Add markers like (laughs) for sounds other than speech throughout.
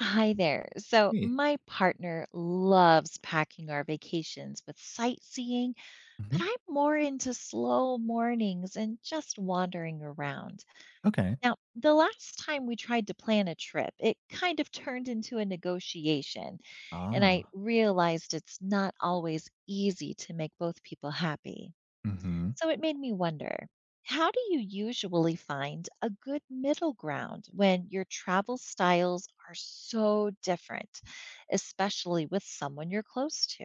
Hi there. So, Really? my partner loves packing our vacations with sightseeing, but Mhm. I'm more into slow mornings and just wandering around. Okay. Now, the last time we tried to plan a trip, it kind of (laughs) turned into a negotiation, and I Ah. realized it's not always easy to make both people happy. Hmm. So it made me wonder, how do you usually find a good middle ground when your travel styles are so different, especially with someone you're close to?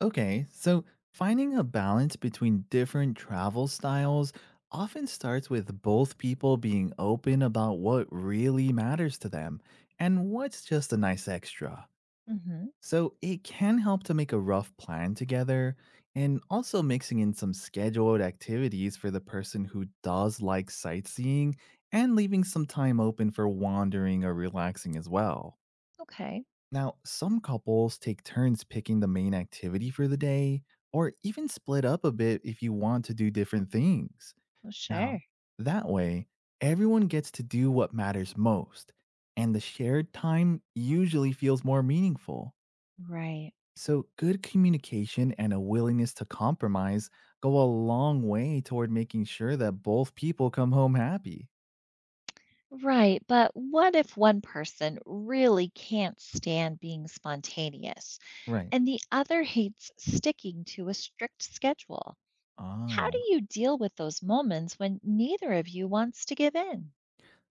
Okay, so finding a balance between different travel styles often starts with both people being open about what really matters to them and what's just a nice extra. Hmm. So it can help to make a rough plan together and also mixing in some scheduled activities for the person who does like sightseeing and leaving some time open for wandering or relaxing as well. Okay. Now, some couples take turns picking the main activity for the day, or even split up a bit if you want to do different things. Well, Now, sure. that way, everyone gets to do what matters most, and the shared time usually feels more meaningful. Right. So, good communication and a willingness to compromise go a long way toward making sure that both people come home happy. Right. But what if one person really can't stand being spontaneous Right. and the other hates sticking to a strict schedule? How Ah. do you deal with those moments when neither of you wants to give in?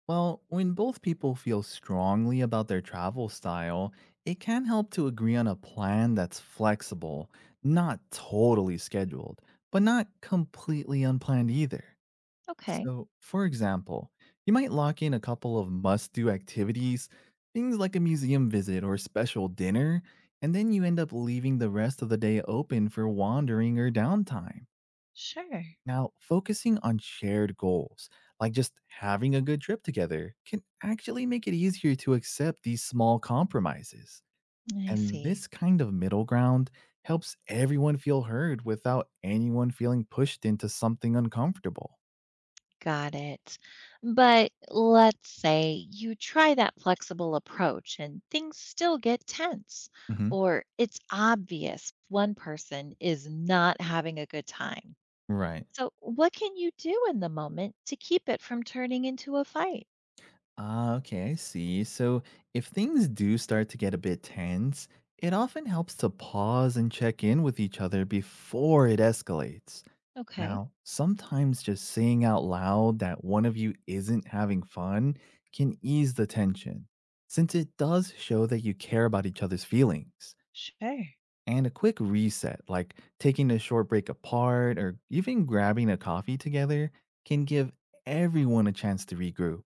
Well, when both people feel strongly about their travel style, it can help to agree on a plan that's flexible, not totally scheduled, but not completely unplanned either. Okay. So, for example, you might lock in a couple of must do activities, things like a museum visit or special dinner, and then you end up leaving the rest of the day open for wandering or downtime. Sure. Now, focusing on shared goals, like just having a good trip together, can actually make it easier to accept these small compromises. I And see. this kind of middle ground helps everyone feel heard without anyone feeling pushed into something uncomfortable. Got it. But let's say you try that flexible approach and things still get tense, Hmm. or it's obvious one person is not having a good time. Right. So, what can you do in the moment to keep it from turning into a fight? Ah, okay, I see. So if things do start to get a bit tense, it often helps to pause and check in with each other before it escalates. Okay, Now, sometimes just saying out loud that one of you isn't having fun can ease the tension, since it does show that you care about each other's feelings. sure. And a quick reset, like taking a short break apart or even grabbing a coffee together, can give everyone a chance to regroup.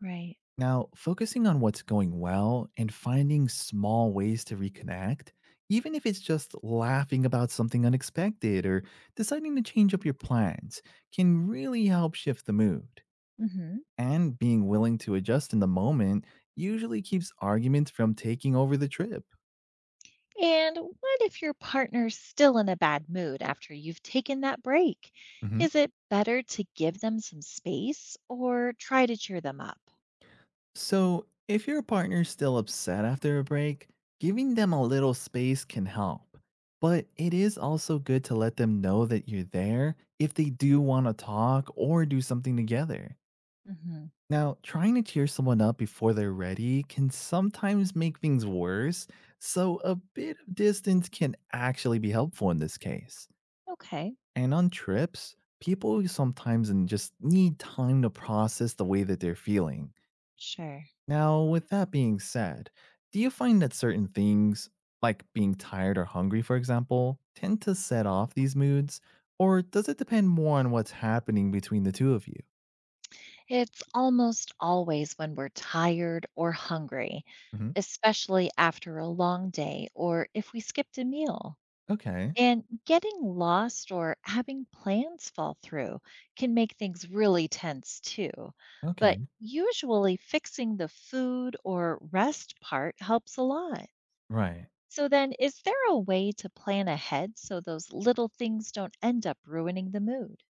Right. Now, focusing on what's going well and finding small ways to reconnect, even if it's just laughing about something unexpected or deciding to change up your plans, can really help shift the mood. Hmm. And being willing to adjust in the moment usually keeps arguments from taking over the trip. And what if your partner's still in a bad mood after you've taken that break? Mhm. Is it better to give them some space or try to cheer them up? So, if your partner's still upset after a break, giving them a little space can help. But it is also good to let them know that you're there if they do want to talk or do something together. Hmm. Now, trying to cheer someone up before they're ready can sometimes make things worse, so a bit of distance can actually be helpful in this case. Okay, And on trips, people sometimes just need time to process the way that they're feeling. sure. Now, with that being said, do you find that certain things, like being tired or hungry, for example, tend to set off these moods? Or does it depend more on what's happening between the two of you? It's almost always when we're tired or hungry, Hmm. especially after a long day or if we skipped a meal. Okay. And getting lost or having plans fall through can make things really tense too. But Okay. usually, fixing the food or rest part helps a lot. Right. So, then, is there a way to plan ahead so those little things don't end up ruining the mood?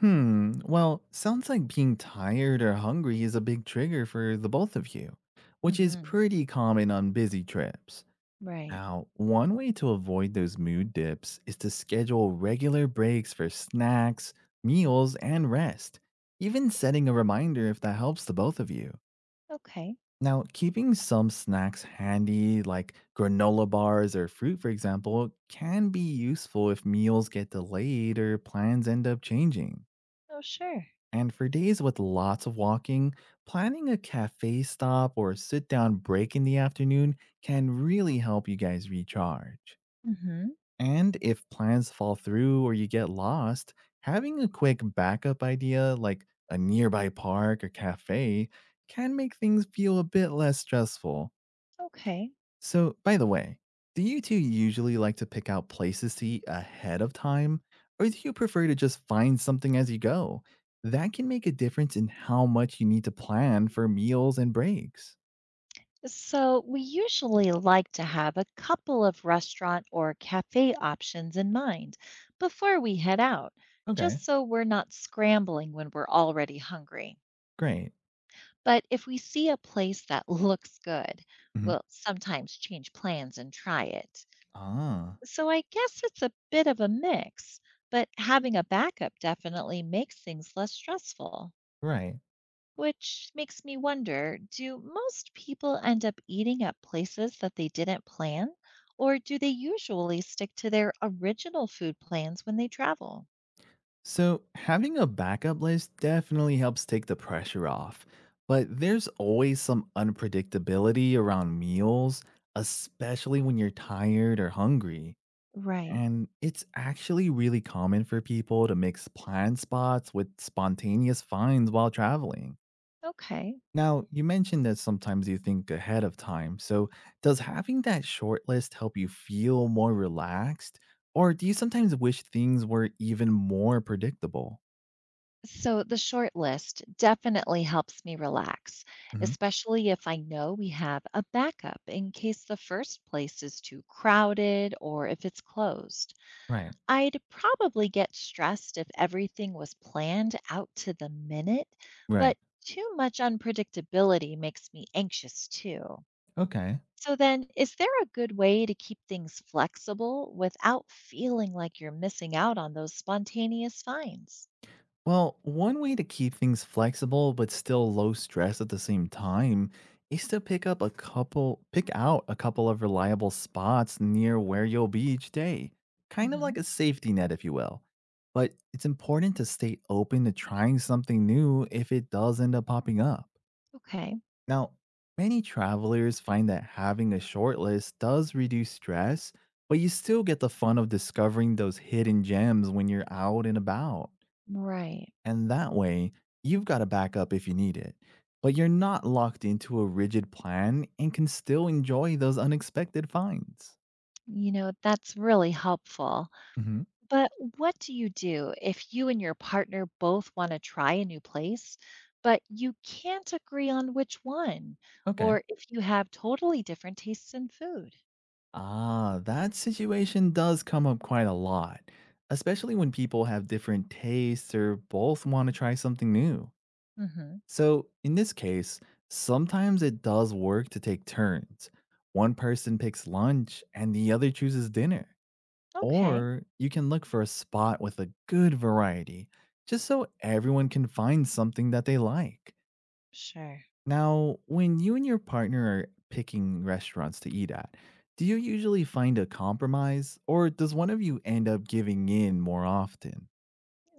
Hmm. Well, sounds like being tired or hungry is a big trigger for the both of you, which is Hmm. pretty common on busy trips. Right. Now, one way to avoid those mood dips is to schedule regular breaks for snacks, meals, and rest, even setting a reminder if that helps the both of you. Okay. Now, keeping some snacks handy, like granola bars or fruit, for example, can be useful if meals get delayed or plans end up changing. Oh, sure. And for days with lots of walking, planning a cafe stop or sit down break in the afternoon can really help you guys recharge. Hmm. And if plans fall through or you get lost, having a quick backup idea like a nearby park or cafe can make things feel a bit less stressful. Okay. So, by the way, do you two usually like to pick out places to eat ahead of time, or do you prefer to just find something as you go? That can make a difference in how much you need to plan for meals and breaks. So, we usually like to have a couple of restaurant or cafe options in mind before we head out, Okay, just so we're not scrambling when we're already hungry. great. But if we see a place that (laughs) looks good, Mhm. we'll sometimes change plans and try it. Ah, So, I guess it's a bit of a mix, but having a backup definitely makes things less stressful. right. Which makes me wonder, do most people end up eating at places that they didn't plan, or do they usually stick to their original food plans when they travel? So, having a backup list definitely helps take the pressure off, but there's always some unpredictability around meals, especially when you're tired or hungry. Right. And it's actually really common for people to mix planned spots with spontaneous finds while traveling. Okay. Now, you mentioned that sometimes you think ahead of time. So, does having that short list help you feel more relaxed? Or do you sometimes wish things were even more predictable? So, the short list definitely helps me relax, especially if I know we have a backup in case the first place is too crowded or if it's closed. Right. I'd probably get stressed if everything was planned out to the minute, Right. but too much unpredictability makes me anxious too. Okay. So, then, is there a good way to keep things flexible without feeling like you're missing out on those spontaneous finds? Well, one way to keep things flexible but still low stress at the same time is to pick out a couple of reliable spots near where you'll be each day. Kind of like Hmm. a safety net if you will. But it's important to stay open to trying something new if it does end up popping up. Okay, Now, many travelers find that having a short list does reduce stress, but you still get the fun of discovering those hidden gems when you're out and about. right. And that way, you've got a backup if you need it. But you're not locked into a rigid plan and can still enjoy those unexpected finds. You know, that's really helpful. Hmm. But what do you do if you and your partner both want to try a new place, but you can't agree on which one, Okay. or if you have totally different tastes in food? Ah, that situation does come up quite a lot, especially when people have different tastes or both want to try something new. Hmm. So, in this case, sometimes it does work to take turns. One person picks lunch and the other chooses dinner. Okay. Or you can look for a spot with a good variety, just so everyone can find something that they like. Sure. Now, when you and your partner are picking restaurants to eat at, do you usually find a compromise, or does one of you end up giving in more often?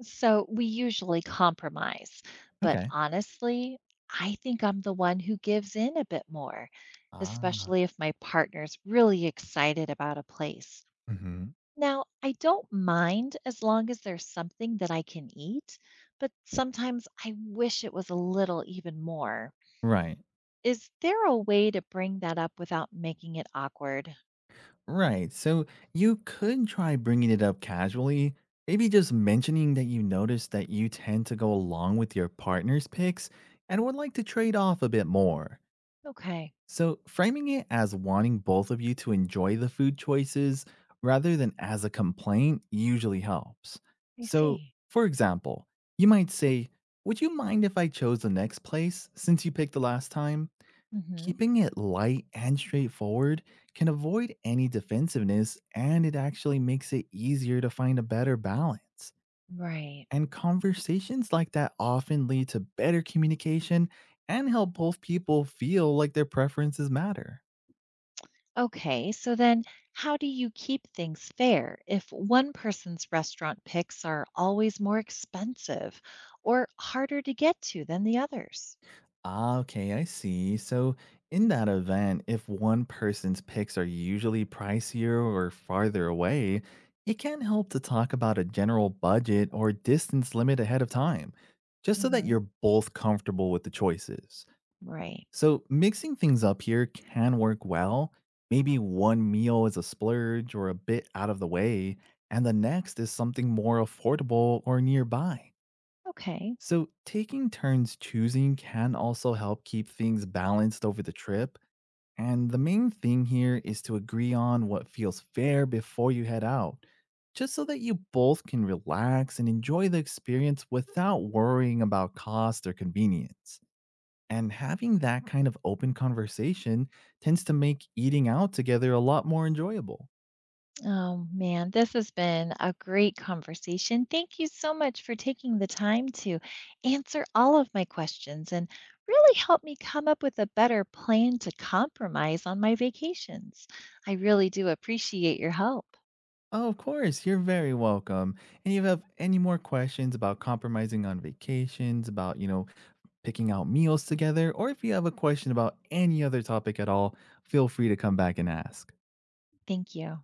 So, we usually compromise, but Okay. honestly, I think I'm the one who gives in a bit more, Ah. especially if my partner's really excited about a place. Hmm. Now, I don't mind as long as there's something that I can eat, but sometimes I wish it was a little even more. Right. Is there a way to bring that up without making it awkward? Right. So you could try bringing it up casually, maybe just mentioning that you notice that you tend to go along with your partner's picks and would like to trade off a bit more. Okay, So framing it as wanting both of you to enjoy the food choices rather than as a complaint usually helps. I So, see. for example, you might say, "Would you mind if I chose the next place since you picked the last time?" Hmm. Keeping it light and straightforward can avoid any defensiveness and it actually makes it easier to find a better balance. Right. And conversations like that often lead to better communication and help both people feel like their preferences matter. Okay, so then, how do you keep things fair if one person's restaurant picks are always more expensive or harder to get to than the others? Ah, okay, I see. So, in that event, if one person's picks are usually pricier or farther away, it can help to talk about a general budget or distance limit ahead of time, just so that Hmm. you're both comfortable with the choices. Right. So, mixing things up here can work well. Maybe one meal is a splurge or a bit out of the way, and the next is something more affordable or nearby. Okay. So, taking turns choosing can also help keep things balanced over the trip. And the main thing here is to agree on what feels fair before you head out, just so that you both can relax and enjoy the experience without worrying about cost or convenience. And having that kind of open conversation tends to make eating out together a lot more enjoyable. Oh man, this has been a great conversation. Thank you so much for taking the time to answer all of my questions and really help me come up with a better plan to compromise on my vacations. I really do appreciate your help. Oh, of course, you're very welcome. And if you have any more questions about compromising on vacations, about picking out meals together, or if you have a question about any other topic at all, feel free to come back and ask. Thank you.